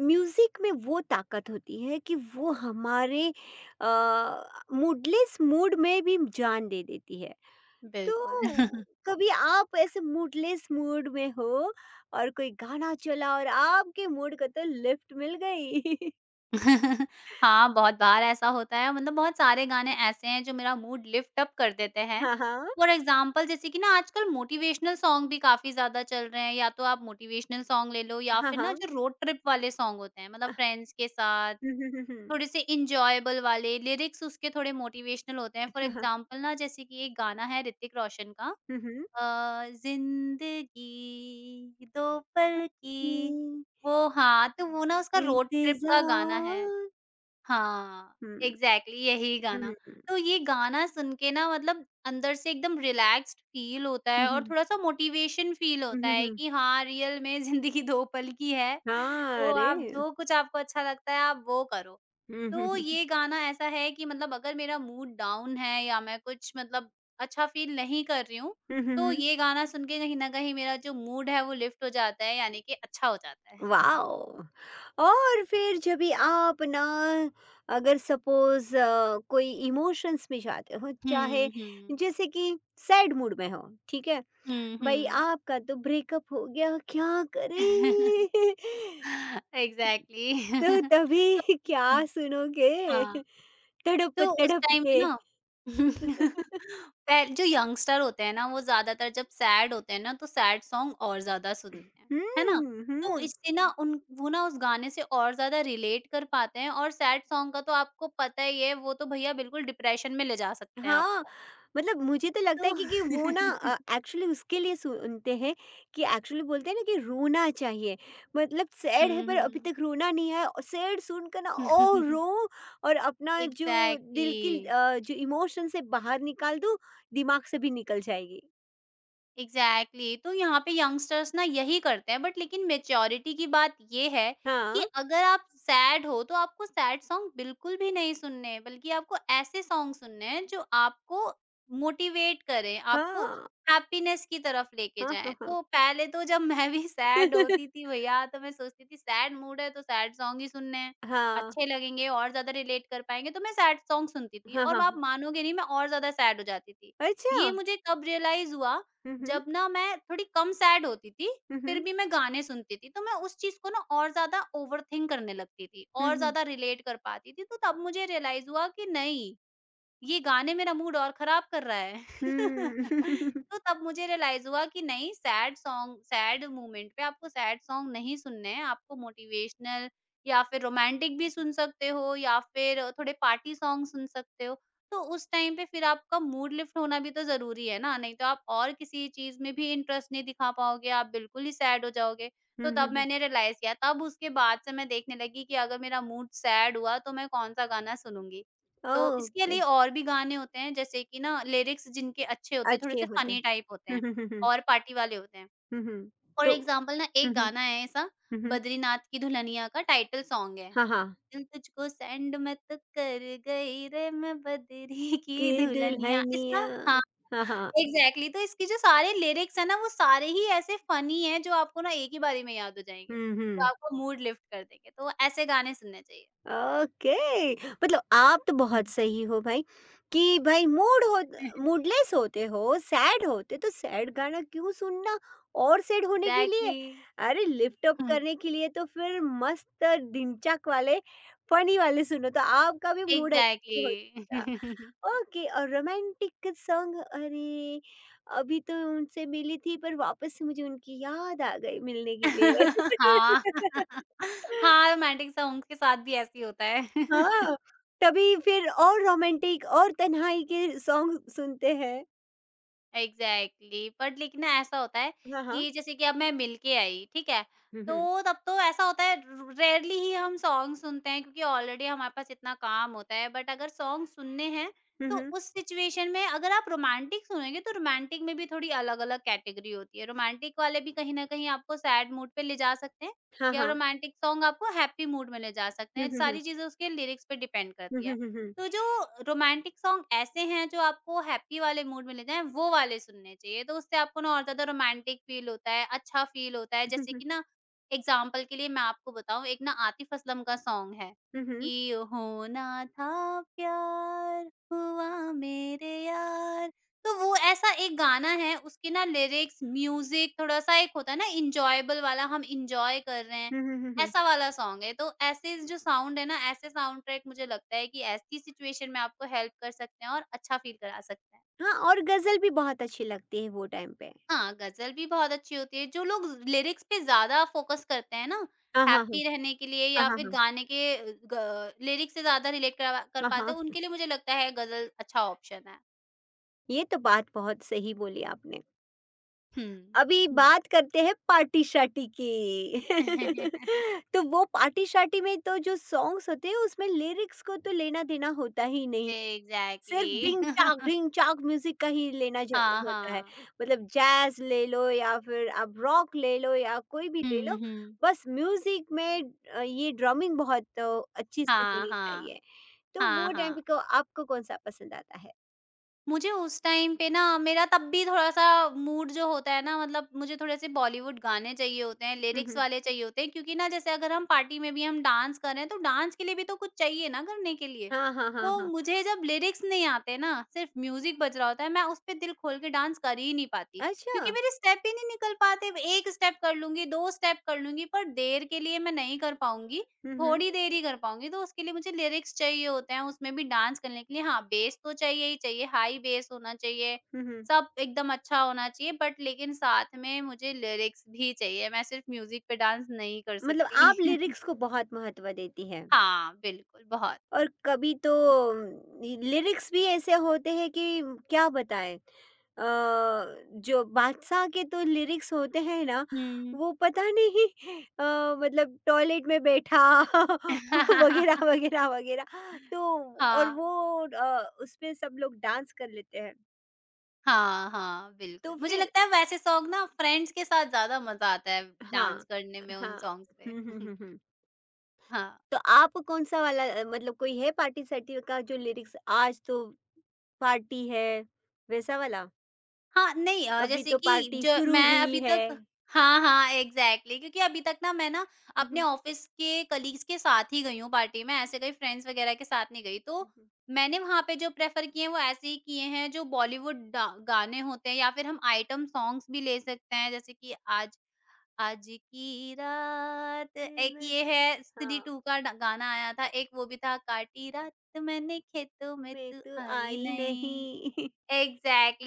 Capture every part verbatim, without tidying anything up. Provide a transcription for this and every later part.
Music में वो ताकत होती है कि वो हमारे मूडलेस मूड में भी जान दे देती है। तो बिल्कुल। कभी आप ऐसे मूडलेस मूड में हो और कोई गाना चला और आपके मूड को तो लिफ्ट मिल गई? हाँ, बहुत बार ऐसा होता है, मतलब बहुत सारे गाने ऐसे हैं जो मेरा मूड लिफ्ट अप कर देते हैं। हाँ, हाँ, फॉर एग्ज़ाम्पल जैसे कि ना आजकल मोटिवेशनल सॉन्ग भी काफ़ी ज़्यादा चल रहे हैं, या तो आप मोटिवेशनल सॉन्ग ले लो या हाँ, फिर हाँ। ना जो रोड ट्रिप वाले सॉन्ग होते हैं, मतलब फ्रेंड्स के साथ अ, हम्म, हम्म, हम्म, थोड़े से एन्जॉयबल वाले लिरिक्स उसके थोड़े मोटिवेशनल होते हैं। फॉर हाँ, हाँ, एग्ज़ाम्पल ना जैसे कि एक गाना है ऋतिक रोशन का हम्म, हम्म। अ, ज़िंदगी दो पल की, वो हाँ, तो वो ना उसका ये रोड ट्रिप का गाना है। इंतजार हाँ, हम्म, एग्ज़ैक्टली यही गाना। हम्म, हम्म, तो ये गाना सुन के ना मतलब अंदर से एकदम रिलैक्स्ड फ़ील होता है और हम्म, थोड़ा-सा मोटिवेशन फ़ील हम्म, होता है हम्म, कि हाँ, रियल में ज़िंदगी दो पल की है, हाँ तो अरे आप जो कुछ आपको अच्छा लगता है आप वो करो। हम्म, तो हम्म, ये गाना ऐसा है कि मतलब अगर मेरा मूड डाउन है या मैं कुछ मतलब अच्छा फ़ील नहीं कर रही हूँ, हम्म, तो हम्म, ये गाना सुन के कहीं न कहीं मेरा जो मूड है वो लिफ्ट हो जाता है, यानी कि अच्छा हो जाता है। वाओ! और फिर जब भी आप ना अगर सपोज़ अ, कोई इमोशंस में जाते हो, चाहे हुँ, हुँ। जैसे कि सैड मूड में हो, ठीक है? हुँ, भई हुँ। आपका तो ब्रेकअप हो गया, क्या करें? एग्ज़ैक्टली। तो तभी क्या हाँ। सुनोगे? हाँ, तड़प तो उस तड़प टाइम पे के। ना पहले जो यंगस्टर होते हैं ना, वो ज़्यादातर जब सैड होते हैं ना, तो सैड सॉन्ग और ज़्यादा सुनते हैं, है ना? हुँ, तो हुँ। इससे ना उन वो ना उस गाने से और ज़्यादा रिलेट कर पाते हैं, और सैड सॉन्ग का तो आपको पता ही है, वो तो भैया बिल्कुल डिप्रेशन में ले जा सकते हैं हाँ, आपको। मतलब मुझे तो लगता है तो क्योंकि वो ना अ, एक्चुअली उसके लिए सुनते हैं कि एक्चुअली बोलते हैं ना कि रोना चाहिए। मतलब सैड है हुँ, पर अभी हुँ। तक रोना नहीं है और सैड सुनकर ना ओह! रो और अपना जो एग्ज़ैक्टली। दिल की अ, जो इमोशन से बाहर निकाल दूँ, दिमाग से भी निकल जाएगी। Exactly exactly। तो यहाँ पे यंगस्टर्स ना यही करते हैं बट लेकिन मेच्योरिटी की बात ये है कि हाँ, अगर आप सैड हो तो आपको सैड सॉन्ग बिल्कुल भी नहीं सुनने हैं, बल्कि आपको ऐसे सॉन्ग सुनने हैं जो आपको मोटिवेट करें, आपको हाँ। हैप्पीनेस की तरफ लेके हाँ, हाँ, जाएं। हाँ। तो पहले तो जब मैं भी सैड होती थी भैया, तो मैं सोचती थी सैड मूड है तो सैड सॉन्ग ही सुनने हैं, हाँ, अच्छे लगेंगे और ज्यादा रिलेट कर पाएंगे। तो मैं सैड सॉन्ग सुनती थी, हाँ, और आप हाँ। मानोगे नहीं, मैं और ज्यादा सैड हो जाती थी। अच्छा! ये मुझे कब रियलाइज हुआ, हुँ, हुँ। जब ना मैं थोड़ी कम सैड होती थी, हुँ, फिर हुँ। भी मैं गाने सुनती थी, तो मैं उस चीज़ को ना और ज़्यादा ओवरथिंक करने लगती थी, हुँ, और हुँ। ज़्यादा रिलेट कर पाती थी। तो तब मुझे रियलाइज़ हुआ कि नहीं, ये गाने मेरा मूड और खराब कर रहा है। हुँ। तो तब मुझे रियलाइज़ हुआ कि नहीं, सैड सॉन्ग सैड मोमेंट पे आपको सैड सॉन्ग नहीं सुनने हैं, आपको मोटिवेशनल या फिर रोमांटिक भी सुन सकते हो या फिर थोड़े पार्टी सॉन्ग सुन सकते हो। तो उस टाइम पे फिर आपका मूड लिफ्ट होना भी तो ज़रूरी है ना, नहीं तो आप और किसी चीज़ में भी इंटरेस्ट नहीं दिखा पाओगे, आप बिल्कुल ही सैड हो जाओगे। हुँ, तो हुँ, तब हुँ। मैंने रियलाइज़ किया, तब उसके बाद से मैं देखने लगी कि अगर मेरा मूड सैड हुआ तो मैं कौन-सा गाना सुनूँगी। तो इसके ओके, लिए और भी गाने होते हैं, जैसे कि ना लिरिक्स जिनके अच्छे होते हैं, थोड़े अच्छे से होते हैं। फनी टाइप होते हैं हुँ, हुँ, हुँ, हुँ। और पार्टी वाले होते हैं। हुँ, हुँ। फॉर तो एग्ज़ाम्पल ना हुँ, एक हुँ। गाना है ऐसा, हुँ, हुँ। बद्रीनाथ की दुल्हनिया का टाइटल सॉन्ग है। हाँ, हाँ। दिल तुझको सेंड मैं तो कर गई रे, मैं बदरी कि की दुल्हनिया, इसका दुल्हनिया हाँ, हाँ, हाँ। एग्ज़ैक्टली। तो इसके जो सारे लिरिक्स हैं ना, वो सारे ही ऐसे फनी हैं जो आपको ना एक ही बारी में याद हो जाएँगे। हुँ, तो हुँ। आपका मूड लिफ्ट कर देंगे, तो ऐसे गाने सुनने चाहिए। ओके, मतलब आप तो हुँ। बहुत सही हो भाई, कि भाई मूड हो, मूडलेस होते हो, सैड होते तो सैड गाना क्यों सुनना और सैड होने के लिए? एग्ज़ैक्टली। अरे लिफ्ट अप करने के लिए तो फिर मस्त ढिंचैक वाले, फनी वाले सुनो तो आपका भी मूड अच्छा एग्ज़ैक्टली। हो। ओके, और रोमांटिक सॉन्ग अरे अभी तो उनसे मिली थी पर वापस से मुझे उनकी याद आ गई मिलने के लिए। हाँ। हाँ, रोमांटिक सॉन्ग्स के साथ भी ऐसे ही होता है। हाँ, तभी फिर और रोमांटिक और तन्हाई के सॉन्ग सुनते हैं। एग्जैक्टली बट लेकिन ना ऐसा होता है हाँ, हाँ, कि जैसे कि अब मैं मिलके आई, ठीक है? हम्म, हम्म, तो तब तो ऐसा होता है र रेयरली ही हम सॉन्ग सुनते हैं, क्योंकि ऑलरेडी हमारे पास इतना काम होता है। बट अगर सॉन्ग सुनने हैं हम्म, तो हम्म, उस सिचुएशन में अगर आप रोमांटिक सुनेंगे, तो रोमांटिक में भी थोड़ी अलग-अलग कैटेगरी होती है। रोमांटिक वाले भी कहीं न कहीं आपको सैड मूड पे ले जा सकते हैं हाँ, या हाँ, रोमांटिक सॉन्ग आपको हैप्पी मूड में ले जा सकते हैं। हम्म, हम्म, सारी चीज़ें उसके लिरिक्स पे डिपेंड करती हम्म, है। हम्म, हम्म, तो जो रोमांटिक सॉन्ग ऐसे हैं जो आपको हैप्पी वाले मूड में ले जाएँ, वो वाले सुनने चाहिए। तो उससे आपको ना और ज़्यादा रोमांटिक फ़ील होता है, अच्छा फ़ील होता है। हम्म, जैसे हम्म, कि ना एग्ज़ाम्पल के लिए मैं आपको बताऊँ, एक ना आतिफ़ असलम का सॉन्ग है हम्म, कि होना था प्यार, हुआ मेरे यार। तो वो ऐसा एक गाना है, उसके ना लिरिक्स, म्यूज़िक थोड़ा-सा एक होता है ना एन्जॉयबल वाला, हम एन्जॉय कर रहे हैं। हम्म, हम्म, हम्म, ऐसा वाला सॉन्ग है, तो ऐसे जो साउंड है ना, ऐसे साउंड ट्रैक मुझे लगता है कि ऐसी सिचुएशन में आपको हेल्प कर सकते हैं और अच्छा फ़ील करा सकते हैं। हाँ, और गजल भी बहुत अच्छी लगती है वो टाइम पे। हाँ, ग़ज़ल भी बहुत अच्छी होती है, जो लोग लिरिक्स पे ज़्यादा फ़ोकस करते हैं ना, हाँ, हाँ, हाँ, हैप्पी रहने के लिए हाँ, या हाँ, फिर हाँ, गाने के अ, ग लिरिक्स से ज़्यादा रिलेट करा कर हाँ, पाते हाँ, हैं, उनके लिए मुझे लगता है ग़ज़ल अच्छा ऑप्शन है। ये तो बात बहुत सही बोली आपने। हुँ। अभी बात करते हैं पार्टी-शार्टी की। तो वो पार्टी-शार्टी में तो जो सॉन्ग्स होते हैं उसमें लिरिक्स को तो लेना-देना होता ही नहीं। सिर्फ़ एग्ज़ैक्टली। ढिंग-चाक, ढिंग-चाक म्यूज़िक का ही लेना ज हाँ, होता है। हाँ। मतलब जैज़ ले लो या फिर आप रॉक ले लो या कोई भी ले लो, हुँ, हुँ। बस म्यूज़िक में अ, ये ड्रमिंग बहुत अ, अच्छी से हाँ, होनी चाहिए। हाँ। तो हाँ, वो टाइम पे हाँ। को आपको कौन-सा पसंद आता है? मुझे उस टाइम पे ना मेरा तब भी थोड़ा-सा मूड जो होता है ना, मतलब मुझे थोड़े-से बॉलीवुड गाने चाहिए होते हैं, हुँ, लिरिक्स हुँ। वाले चाहिए होते हैं, क्योंकि ना जैसे अगर हम पार्टी में भी हम डांस कर रहे हैं, तो डांस के लिए भी तो कुछ चाहिए ना करने के लिए। हाँ, हाँ, हाँ, तो हाँ। मुझे जब लिरिक्स नहीं आते ना, सिर्फ म्यूज़िक बज रहा होता है, मैं उस पे दिल खोल के डांस कर ही नहीं पाती, अच्छा। क्योंकि मेरे स्टेप ही नहीं निकल पाते। एक स्टेप कर लूँगी, दो स्टेप कर लूँगी, पर देर के लिए मैं नहीं कर पाऊँगी। हुँ, हुँ। थोड़ी देर ही कर पाऊँगी, तो उसके लिए मुझे लिरिक्स चाहिए होते हैं, उसमें भी डांस करने के लिए हाँ, बेस तो चाहिए ही चाहिए, हाई बेस होना चाहिए, हुँ, हुँ। सब एकदम अच्छा होना चाहिए बट लेकिन साथ में मुझे लिरिक्स भी चाहिए, मैं सिर्फ़ म्यूज़िक पे डांस नहीं कर मतलब आप सकती। लिरिक्स को बहुत महत्व देती हैं। हाँ, बिल्कुल, बहुत। और कभी तो लिरिक्स भी ऐसे होते हैं कि क्या बताएं अ, जो बादशाह के तो लिरिक्स होते हैं ना, हुँ। वो पता नहीं अ, मतलब टॉयलेट में बैठा वगैरह वगैरह वगैरह तो और हाँ, वो अ, उस पे सब लोग डांस कर लेते हैं। हाँ, हाँ, तो बिल्कुल। मुझे फिर लगता है वैसे सॉन्ग ना फ्रेंड्स के साथ ज़्यादा मज़ा आता है हाँ, डांस करने में, हाँ, उन सॉन्ग्स पे। हम्म, हम्म, हम्म, हम्म। हाँ। तो आप कौन सा वाला अ, मतलब कोई है पार्टी सटी का जो लिरिक्स, आज तो पार्टी है, वैसा वाला? हाँ, नहीं अ, अभी जैसे तो कि पार्टी ज शुरू मैं हुई अभी है। तक हाँ, हाँ, एग्ज़ैक्टली, क्योंकि अभी तक ना मैं ना हुँ, अपने हुँ, ऑफ़िस के कलीग्स के साथ ही गई हूँ पार्टी में, ऐसे कहीं फ्रेंड्स वग़ैरह के साथ नहीं गई। तो हुँ। मैंने वहाँ पे जो प्रेफ़र किए हैं, वो ऐसे ही किए हैं जो बॉलीवुड डा गाने होते हैं या फिर हम आइटम सॉन्ग्स भी ले सकते हैं, जैसे कि आज आज की रात, फिर एक मैं ये जाऊँ है स्त्री हाँ, टू का ड गाना आया था, एक वो भी था, काटी रात मैंने खेतों में मैं तू तो आई आई नहीं। नहीं। Exactly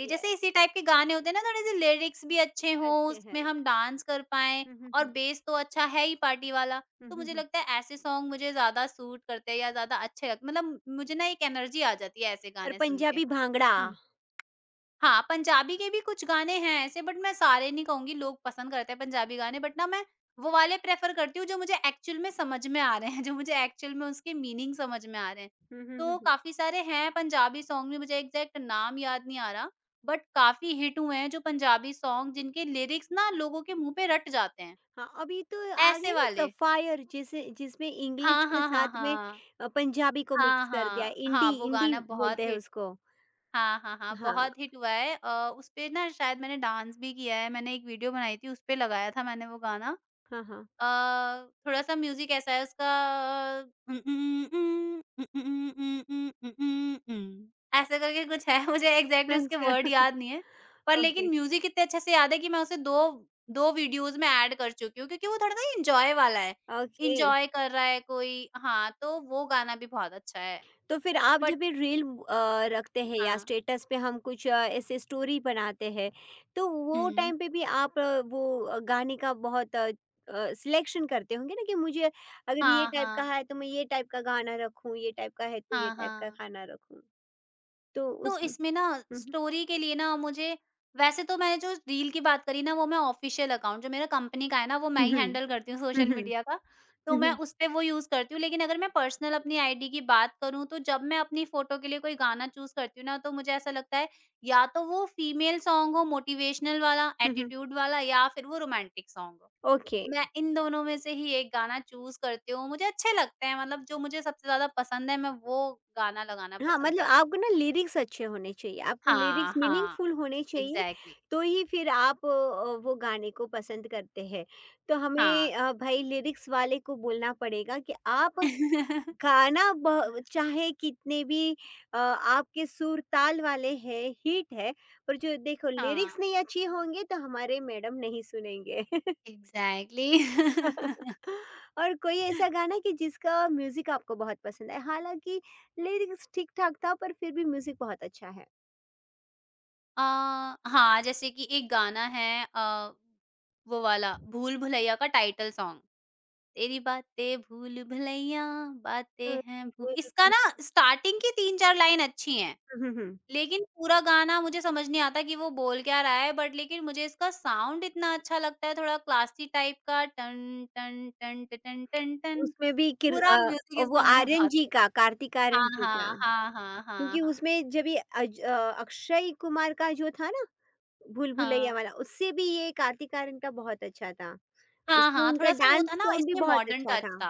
exactly। ये जैसे इसी टाइप के गाने होते हैं ना, थोड़े से लिरिक्स भी अच्छे हों, अच्छे हैं। उसमें हम डांस कर पाएँ हुँ, हुँ, और हुँ। बेस तो अच्छा है ही पार्टी वाला। हुँ, तो हुँ, मुझे हुँ। लगता है ऐसे सॉन्ग मुझे ज़्यादा सूट करते हैं या ज़्यादा अच्छे लग मतलब मुझे ना एक एनर्जी आ जाती है ऐसे और गाने सुन के। पंजाबी भांगड़ा। हाँ, पंजाबी के भी कुछ गाने हैं ऐसे, बट मैं सारे नहीं कहूँगी, लोग पसंद करते हैं पंजाबी गाने, बट ना मैं वो वाले प्रेफ़र करती हूँ जो मुझे एक्चुअल में समझ में आ रहे हैं, जो मुझे एक्चुअल में उसके मीनिंग समझ में आ रहे हैं। हुँ, हुँ, हुँ, तो हुँ। काफ़ी सारे हैं पंजाबी सॉन्ग भी, मुझे एग्ज़ैक्ट नाम याद नहीं आ रहा, बट काफ़ी हिट हुए हैं जो पंजाबी सॉन्ग जिनके लिरिक्स ना लोगों के मुँह पे रट जाते हैं, हाँ, अभी तो आ ऐसे गए ना वाले। सफ़ायर जिसे जिसमें इंग्लिश हाँ, के हाँ, साथ हाँ, में हाँ। अ, पंजाबी को हाँ, मिक्स कर दिया है। हाँ। हाँ, इंडी वो इंडी गाना बोलते बहुत हैं हिट उसको। हाँ, हाँ, हाँ, हाँ, बहुत हिट हुआ है। अ, उसपे ना शायद मैंने डांस भी किया है, मैंने एक वीडियो बनाई थी, उसपे लगाया था मैंने वो गाना। हाँ, हाँ। अ, थोड़ा-सा म्यूज़िक ऐसा है उसका उम, उम, उम, उम, उम, उम, उम, उम, उम, उम, ऐसे करके कुछ है, मुझे एग्ज़ैक्टली उसके वर्ड अच्छा, याद नहीं है। पर ओके, लेकिन म्यूज़िक इतने अच्छे से याद है कि मैं उसे दो दो वीडियोज़ में ऐड कर चुकी हूँ, क्योंकि वो थोड़ा-सा एन्जॉय वाला है, ओके। एन्जॉय कर रहा है कोई, हाँ, तो वो गाना भी बहुत अच्छा है। तो फिर आप बट जब ये रील अ, रखते हैं या हाँ। स्टेटस पे हम कुछ अ, ऐसे स्टोरी बनाते हैं, तो वो हुँ। टाइम पे भी आप अ, वो अ, गाने का बहुत सिलेक्शन करते होंगे ना कि मुझे अगर ये हाँ, टाइप का हाँ। है तो मैं ये टाइप का गाना रखूं, ये टाइप का है तो ये हाँ, टाइप का हाँ। खाना रखूं। तो तो उस इसमें ना हम्म, स्टोरी के लिए ना मुझे, वैसे तो मैंने जो रील की बात करी ना, वो मैं ऑफ़िशियल अकाउंट जो मेरा कंपनी का है ना, वो मैं ही हम्म, हैंडल हम्म, करती हूँ सोशल हम्म, मीडिया का। तो मैं हम्म, उस पे वो यूज़ करती हूँ, लेकिन अगर मैं पर्सनल अपनी आईडी की बात करूँ तो जब मैं अपनी फ़ोटो के लिए कोई गाना चूज़ करती हूँ ना, तो मुझे ऐसा लगता है या तो वो फीमेल सॉन्ग हो मोटिवेशनल वाला, हम्म, एटीट्यूड वाला या फिर वो रोमांटिक सॉन्ग हो। ओके। मैं इन दोनों में से ही एक गाना चूज़ करती हूँ। मुझे अच्छे लगते हैं, मतलब जो मुझे सबसे ज़्यादा पसंद है मैं वो गाना लगाना हाँ, पसंद मतलब करती हूँ। आपको ना लिरिक्स अच्छे होने चाहिए, आपको लिरिक्स हाँ, हाँ, मीनिंगफुल होने चाहिए, एग्ज़ैक्टली तो ही फिर आप अ, वो गाने को पसंद करते हैं। तो हमें हाँ। अ, भाई लिरिक्स वाले को बोलना पड़ेगा कि आप गाना ब चाहे कितने भी अ, आपके सुर ताल वाले हैं, हिट है, पर जो देखो हाँ, लिरिक्स नहीं अच्छी होंगे तो हमारे मैडम नहीं सुनेंगे। एग्ज़ैक्टली। और कोई ऐसा गाना कि जिसका म्यूजिक आपको बहुत पसंद है, हालांकि लिरिक्स ठीक ठाक था पर फिर भी म्यूजिक बहुत अच्छा है। अ, हाँ, जैसे कि एक गाना है। अ, वो वाला भूल भुलैया का टाइटल सॉन्ग, तेरी बातें भूल भुलैया, अ, बातें हैं भू। इसका बिल्कुल। ना स्टार्टिंग की तीन चार लाइन अच्छी हैं, हम्म, हम्म। लेकिन पूरा गाना मुझे समझ नहीं आता कि वो बोल क्या रहा है बट लेकिन मुझे इसका साउंड इतना अच्छा लगता है, थोड़ा क्लासी टाइप का। टन, टन, टन, टन, टन, टन, टन। उसमें भी किर, पूरा अ, म्यूज़िक वो इसका मुझे आर्यन बहुत। जी का कार्तिक आर्यन हाँ, जी का, हाँ, हाँ, हाँ, हाँ, क्योंकि हाँ। उसमें जब ये अज- अ, अक्षय कुमार का जो था ना, भूल भुलैया हाँ। वाला, उससे भी ये कार्तिक आर्यन का बहुत अच्छा था। हाँ, उसमें हाँ, उनका थोड़ा-सा वो डांस था ना, फॉर्म भी इसमें बहुत मॉडर्न अच्छा टच था। था।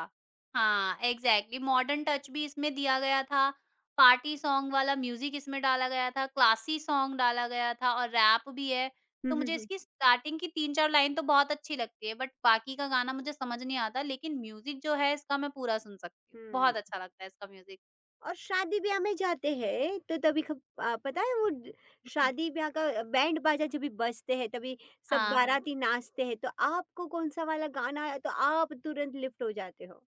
हाँ, एग्ज़ैक्टली, मॉडर्न टच भी इसमें दिया गया था, पार्टी सॉन्ग वाला म्यूज़िक इसमें डाला गया था, क्लासी सॉन्ग डाला गया था और रैप भी है। हम्म, तो हम्म, मुझे हम्म, इसकी स्टार्टिंग की तीन चार लाइन तो बहुत अच्छी लगती है, बट बाकी का गाना मुझे समझ नहीं आता, लेकिन म्यूज़िक जो है इसका मैं पूरा सुन सकती हूँ। हम्म। बहुत अच्छा लगता है इसका म्यूज़िक। और शादी-ब्याह में जाते हैं, तो तभी खब अ, पता है वो ड शादी-ब्याह का बैंड बाजा जब भी बजते हैं, तभी सब हाँ, हाँ। बाराती नाचते हैं, तो आपको कौन-सा वाला गाना है, तो आप तुरंत लिफ्ट हो जाते हो?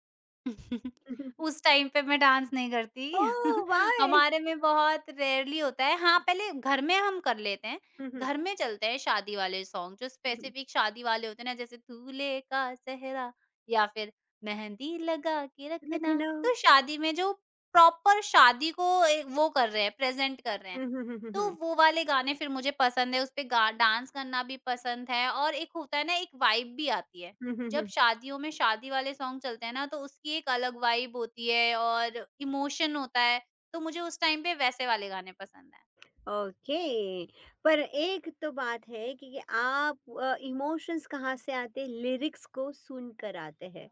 उस टाइम पे मैं डांस नहीं करती। ओह वाह! हमारे में बहुत रेयरली होता है। हाँ, पहले घर में हम कर लेते हैं। हुँ, हुँ, घर में चलते हैं शादी वाले सॉन्ग, जो हुँ, हुँ। स्पेसिफिक शादी वाले होते हैं ना, जैसे दूल्हे का सेहरा या फिर मेहंदी लगा के रखना। लखनऊ तो शादी में जो प्रॉपर शादी को एक वो कर रहे हैं, प्रेजेंट कर रहे हैं, हुँ, हुँ, हुँ, हुँ, तो हुँ। वो वाले गाने फिर मुझे पसंद है। उस पे गा- डांस करना भी पसंद है और एक होता है ना, एक वाइब भी आती है, हुँ, हुँ, जब हुँ। शादियों में शादी वाले सॉन्ग चलते हैं ना, तो उसकी एक अलग वाइब होती है और इमोशन होता है, तो मुझे उस टाइम पे वैसे वाले गाने पसंद हैं। ओके, पर एक तो बात है कि आप अ, इमोशंस कहाँ से आते हैं, लिरिक्स को सुनकर आते हैं।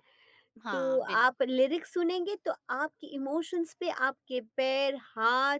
हाँ, तो आप बिल्कुल। लिरिक्स सुनेंगे तो आपके इमोशंस पे आपके पैर, हाथ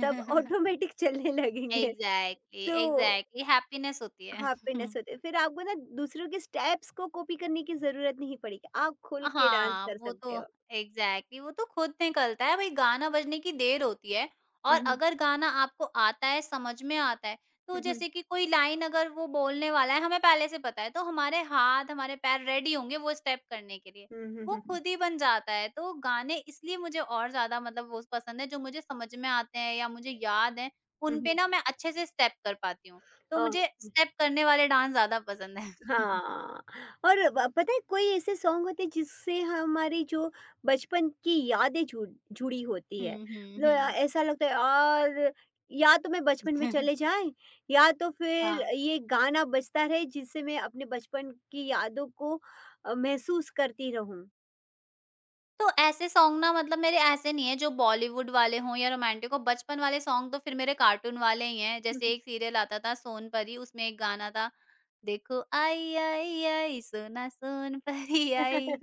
सब ऑटोमेटिक चलने लगेंगे। एग्ज़ैक्टली, तो एग्ज़ैक्टली, हैप्पीनेस होती है। हाँ, फिटनेस होते हैं। फिर आपको ना दूसरों के स्टेप्स को कॉपी करने की ज़रूरत नहीं पड़ेगी। आप खुल के डांस हाँ, कर वो सकते तो हो। एग्ज़ैक्टली, वो तो खुद निकलता है, वही गाना बजने की देर होती है। हुँ, और हुँ। अगर गाना आपको आता है, समझ में आता है, तो हुँ, हुँ। जैसे कि कोई लाइन अगर वो बोलने वाला है, हमें पहले से पता है, तो हमारे हाथ, हमारे पैर रेडी होंगे वो स्टेप करने के लिए। हुँ, हुँ, वो हुँ, हुँ। खुद ही बन जाता है, तो गाने इसलिए मुझे और ज़्यादा मतलब वो पसंद है, जो मुझे समझ में आते हैं या मुझे याद हैं, हुँ, उन हुँ। पे ना मैं अच्छे से स्टेप कर पाती हूँ। तो मुझे अ स्टेप करने वाले डांस ज़्यादा पसंद है। हाँ, और ब पता है कोई ऐसे सॉन्ग होते हैं जिससे हमारी जो बचपन की यादें जुड़ जुड़ी होती है। हुँ, हुँ, मतलब अ, हुँ। ऐसा लगता है यार, या तो मैं बचपन में चले जाएँ या तो फिर हाँ। ये गाना बजता रहे जिससे मैं अपने बचपन की यादों को अ, महसूस करती रहूँ। तो ऐसे सॉन्ग ना, मतलब मेरे ऐसे नहीं है जो बॉलीवुड वाले हों या रोमांटिक हो, बचपन वाले सॉन्ग तो फिर मेरे कार्टून वाले ही हैं। हुँ, जैसे हुँ। एक सीरियल आता था सोन परी, उसमें एक गाना था, देखो आई आई आई सोना सोन परी आई।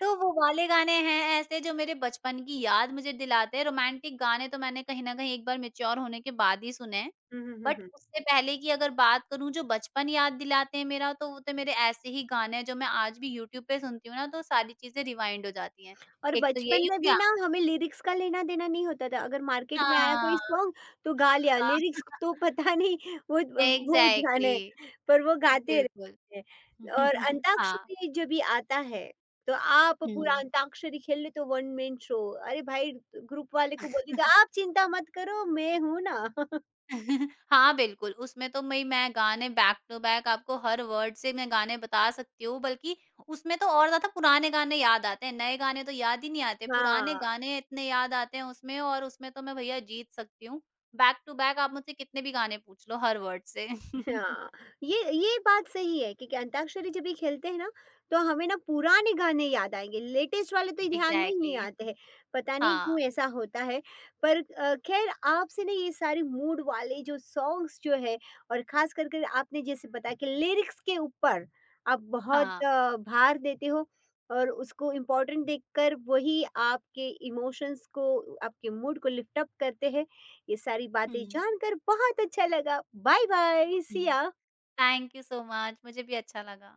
तो वो वाले गाने हैं ऐसे जो मेरे बचपन की याद मुझे दिलाते हैं। रोमांटिक गाने तो मैंने कहीं न कहीं एक बार मैच्योर होने के बाद ही सुने हैं। हुँ, हुँ, हुँ, बट हुँ। उससे पहले की अगर बात करूँ, जो बचपन याद दिलाते हैं मेरा, तो वो तो मेरे ऐसे ही गाने हैं, जो मैं आज भी यूट्यूब पे सुनती हूँ ना, तो सारी चीज़ें रिवाइंड हो जाती हैं। और एक तो बचपन यही में हो भी गया। ना हमें लिरिक्स का लेना-देना नहीं होता था। अगर मार्केट में आया कोई हाँ, सॉन्ग तो गा लिया, हाँ। लिरिक्स तो पता नहीं, वो द वो एग्ज़ैक्टली, जाने, पर वो गाते बिल्कुल। रहते हैं। और हाँ। अंताक्षरी जब भी आता है, तो आप पूरा हुँ। अंताक्षरी खेल ले तो वन मैन शो। अरे भाई ग्रुप वाले को बोलती थी, "आप चिंता मत करो, मैं हूँ ना।" हाँ, बिल्कुल, उसमें तो मैं मैं गाने बैक टू बैक आपको हर वर्ड से मैं गाने बता सकती हूँ, बल्कि उसमें तो और ज़्यादा पुराने गाने याद आते हैं, नए गाने तो याद ही नहीं आते, पुराने हाँ। गाने इतने याद आते हैं उसमें, और उसमें तो मैं भैया जीत सकती हूँ। बैक टू बैक आप मुझसे कितने भी गाने पूछ लो हर वर्ड से। हाँ, ये ये बात सही है क्योंकि अंताक्षरी जब ये खेलते हैं ना, तो हमें ना पुराने गाने याद आएँगे, लेटेस्ट वाले तो ध्यान में ही नहीं एग्ज़ैक्टली। आते हैं। पता नहीं क्यों हाँ, ऐसा होता है? पर अ, ख़ैर आपसे ना ये सारे मूड वाले जो सॉन्ग्स जो है, और ख़ास कर कर आपने जैसे बताया कि लिरिक्स के ऊपर आप बहुत हाँ। अ, भार देते हो और उसको इम्पोर्टेंट देखकर वही आपके इमोशंस को, आपके मूड को लिफ्ट अप करते हैं। ये सारी हुँ, बातें जानकर बहुत अच्छा लगा। बाय बाय, हुँ। Siya. Thank you so much, मुझे भी अच्छा लगा।